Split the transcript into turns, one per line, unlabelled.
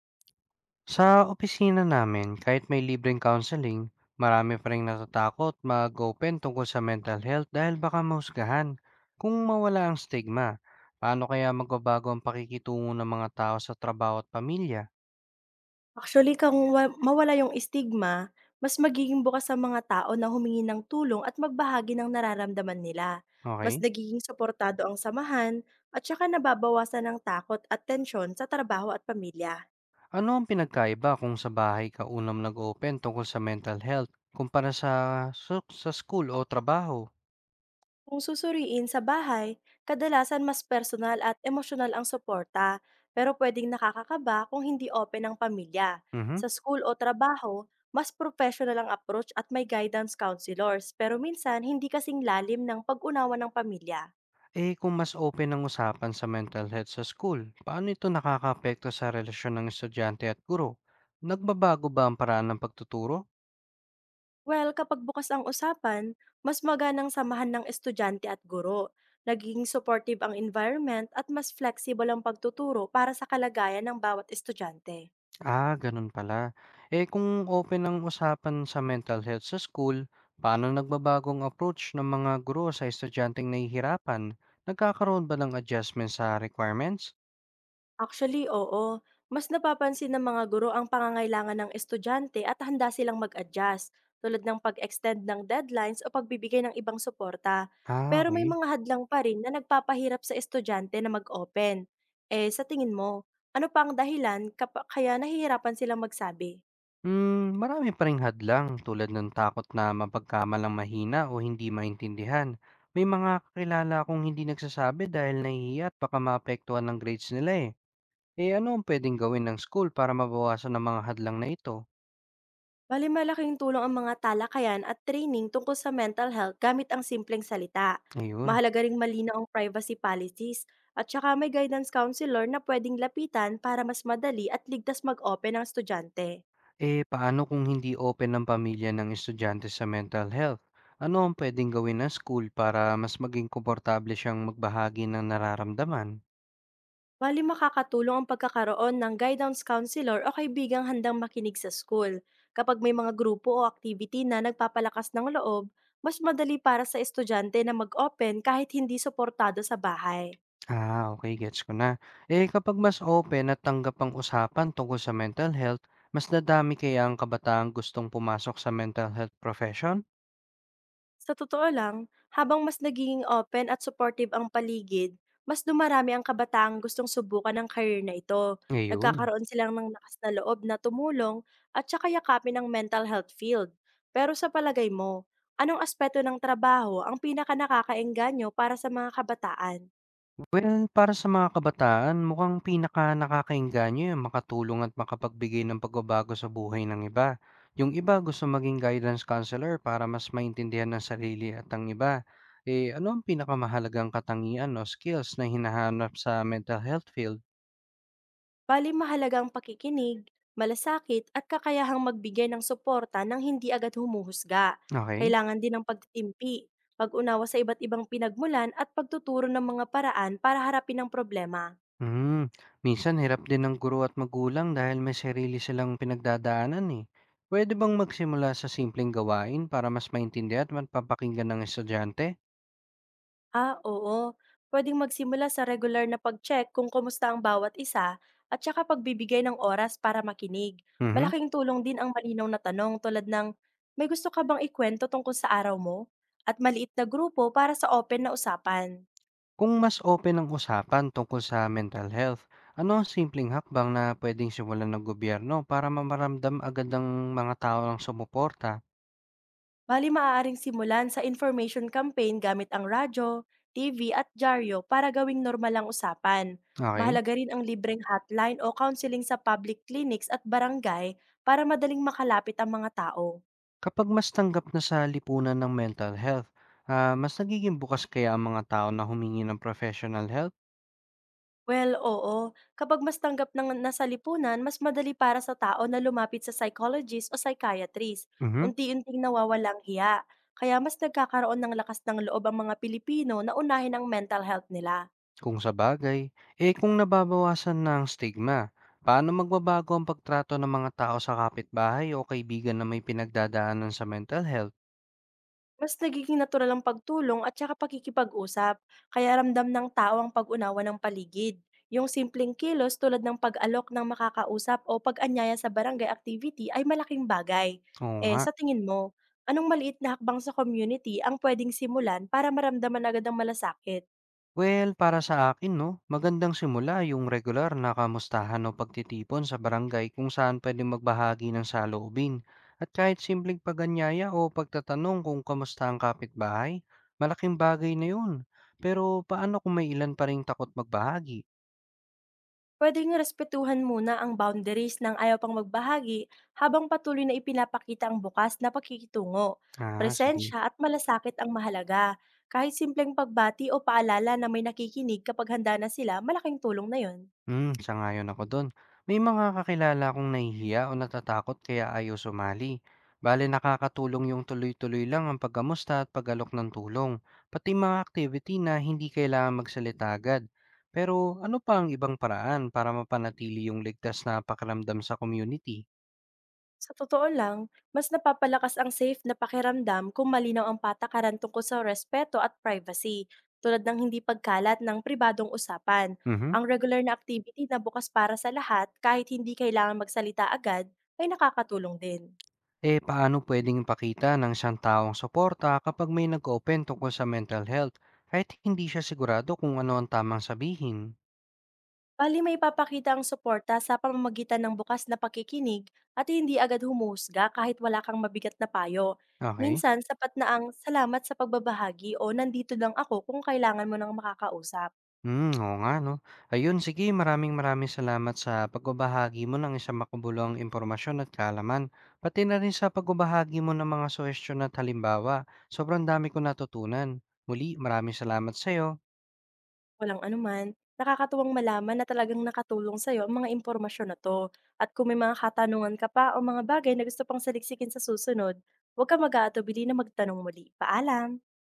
Sa opisina namin, kahit may libreng counseling, marami pa rin natatakot mag-open tungkol sa mental health dahil baka mahusgahan. Kung mawala ang stigma, paano kaya magbabago ang pakikitungo ng mga tao sa trabaho at pamilya?
Actually kung wa mawala yung stigma, mas magiging bukas sa mga tao na humingi ng tulong at magbahagi ng nararamdaman nila. Mas
Okay?
nagiging suportado ang samahan at saka nababawasan ng takot at tensyon sa trabaho at pamilya.
Ano ang pinagkaiba kung sa bahay ka unang nag-open tungkol sa mental health kumpara sa, sa school o trabaho?
Kung susuriin sa bahay, kadalasan mas personal at emosyonal ang suporta, pero pwedeng nakakakaba kung hindi open ang pamilya.
Mhm.
Sa school o trabaho, mas professional ang approach at may guidance counselors, pero minsan hindi kasing lalim ng pag-unawa ng pamilya.
Eh, kung mas open ang usapan sa mental health sa school, paano ito nakakaapekto sa relasyon ng estudyante at guro? Nagbabago ba ang paraan ng pagtuturo?
Well, kapag bukas ang usapan, mas maganang samahan ng estudyante at guro. Nagiging supportive ang environment at mas flexible ang pagtuturo para sa kalagayan ng bawat estudyante.
Ah, ganun pala. Eh, kung open ang usapan sa mental health sa school, paano nagbabagong approach ng mga guro sa estudyanteng nahihirapan? Nagkakaroon ba ng adjustment sa requirements?
Actually, oo. Mas napapansin ng mga guro ang pangangailangan ng estudyante at handa silang mag-adjust, tulad ng pag-extend ng deadlines o pagbibigay ng ibang suporta.
Ah,
Pero may
okay.
mga hadlang pa rin na nagpapahirap sa estudyante na mag-open. Eh, sa tingin mo, ano pa ang dahilan kaya nahihirapan silang magsabi?
Hmm, marami pa ring hadlang tulad ng takot na mapagkamalang mahina o hindi maintindihan. May mga kakilala akong hindi nagsasabi dahil nahihiya at baka maapektuhan ng grades nila eh. Eh, ano ang pwedeng gawin ng school para mabawasan ang mga hadlang na ito?
Bale malaking tulong ang mga talakayan at training tungkol sa mental health gamit ang simpleng salita.
Ngayon,
Mahalaga ring malinaw ang privacy policies at saka may guidance counselor na pwedeng lapitan para mas madali at ligtas mag-open ang estudyante.
eh, paano kung hindi open ng pamilya ng estudyante sa mental health? Ano ang pwedeng gawin ng school para mas maging komportable siyang magbahagi ng nararamdaman?
Bali makakatulong ang pagkakaroon ng guidance counselor o kaibigang handang makinig sa school. Kapag may mga grupo o activity na nagpapalakas ng loob, mas madali para sa estudyante na mag-open kahit hindi suportado sa bahay.
Ah, okay, gets ko na. Eh, kapag mas open at tanggap ang usapan tungkol sa mental health, mas nadami kaya ang kabataang gustong pumasok sa mental health profession
Sa totoo lang, habang mas nagiging open at supportive ang paligid, mas dumarami ang kabataang gustong subukan ang career na ito.
ngayon?
Nagkakaroon silang ng lakas na loob na tumulong at saka yakapin ang mental health field. Pero sa palagay mo, anong aspeto ng trabaho ang pinaka nakakaengganyo para sa mga kabataan?
Well, para sa mga kabataan mukhang pinakanakakaengganyo yung makatulong at makapagbigay ng pagbabago sa buhay ng iba. Yung iba gusto maging guidance counselor para mas maintindihan ng sarili at ang iba. Eh, ano ang pinakamahalagang katangian o skills na hinahanap sa mental health field?
Bali mahalaga ang pakikinig, malasakit at kakayahang magbigay ng suporta nang hindi agad humuhusga.
Okay.
Kailangan din ng pagtitimpi, pag-unawa sa iba't ibang pinagmulan at pagtuturo ng mga paraan para harapin ang problema.
Hmm, minsan hirap din ng guro at magulang dahil may sarili silang pinagdadaanan eh. Pwede bang magsimula sa simpleng gawain para mas maintindihan at mapapakinggan ng estudyante?
Ah, oo. Pwedeng magsimula sa regular na pag-check kung kumusta ang bawat isa at saka pagbibigay ng oras para makinig.
Mhm.
Malaking tulong din ang malinaw na tanong tulad ng, may gusto ka bang ikwento tungkol sa araw mo? At maliit na grupo para sa open na usapan.
Kung mas open ang usapan tungkol sa mental health, ano ang simpleng hakbang na pwedeng simulan ng gobyerno para mamaramdam agad ng mga tao ng sumuporta?
Bali maaaring simulan sa information campaign gamit ang radyo, TV at dyaryo para gawing normal ang usapan.
Okay.
Mahalaga rin ang libreng hotline o counseling sa public clinics at barangay para madaling makalapit ang mga tao.
Kapag mas tanggap na sa lipunan ng mental health, ah, mas nagiging bukas kaya ang mga tao na humingi ng professional help?
Well, oo, kapag mas tanggap ng nasa lipunan, mas madali para sa tao na lumapit sa psychologist o psychiatrist.
Mhm.
Unti-unting nawawalang hiya, kaya mas nagkakaroon ng lakas ng loob ang mga Pilipino na unahin ang mental health nila.
Kung sa bagay, eh kung nababawasan na ang stigma, paano magbabago ang pagtrato ng mga tao sa kapitbahay o kaibigan na may pinagdadaanan sa mental health?
Mas nagiging natural ang pagtulong at saka pakikipag-usap, kaya ramdam ng tao ang pag-unawa ng paligid. Yung simpleng kilos tulad ng pag-alok ng makakausap o pag-anyaya sa barangay activity ay malaking bagay.
Oo
Eh,
nga.
sa tingin mo, anong maliit na hakbang sa community ang pwedeng simulan para maramdaman agad ang malasakit?
Well, para sa akin, no, magandang simula yung regular na kamustahan o pagtitipon sa barangay kung saan pwede magbahagi ng saloobin. At kahit simpleng paganyaya o pagtatanong kung kamusta ang kapitbahay, malaking bagay na yun. Pero paano kung may ilan pa ring takot magbahagi?
Pwedeng respetuhan muna ang boundaries ng ayaw pang magbahagi habang patuloy na ipinapakita ang bukas na pakikitungo,
Ah, sige.
presensya at malasakit ang mahalaga. Kahit simpleng pagbati o paalala na may nakikinig kapag handa na sila, malaking tulong na yon.
Hmm, sangayon ako do'n. May mga kakilala akong nahihiya o natatakot kaya ayaw sumali. Bale nakakatulong yung tuloy-tuloy lang ang pagkamusta at pag ng tulong, pati mga activity na hindi kailangan magsalita agad. Pero ano pa ang ibang paraan para mapanatili yung ligtas na pakiramdam sa community?
Sa totoo lang, mas napapalakas ang safe na pakiramdam kung malinaw ang patakaran tungkol sa respeto at privacy, tulad ng hindi pagkalat ng pribadong usapan.
Mhm.
Ang regular na activity na bukas para sa lahat kahit hindi kailangan magsalita agad ay nakakatulong din.
Eh, paano puwedeng pakita ng isang taong suporta kapag may nag-open tungkol sa mental health kahit hindi siya sigurado kung ano ang tamang sabihin?
Bali may papakita ang suporta sa pamamagitan ng bukas na pakikinig at hindi agad humusga kahit wala kang mabigat na payo.
Okay.
Minsan, sapat na ang salamat sa pagbabahagi o nandito lang ako kung kailangan mo ng makakausap.
Hmm, oo nga 'no. Ayun sige, maraming-maraming salamat sa pagbabahagi mo ng isang makabuluhang impormasyon at kaalaman, pati na rin sa pagbabahagi mo ng mga suhestiyon at halimbawa. Sobrang dami kong natutunan. Muli, maraming salamat sa'yo.
Walang anuman. Nakakatuwang malaman na talagang nakatulong sa'yo ang mga impormasyon na 'to. At kung may mga katanungan ka pa o mga bagay na gusto pang saliksikin sa susunod, huwag kang mag-aatubili na magtanong muli. Paalam!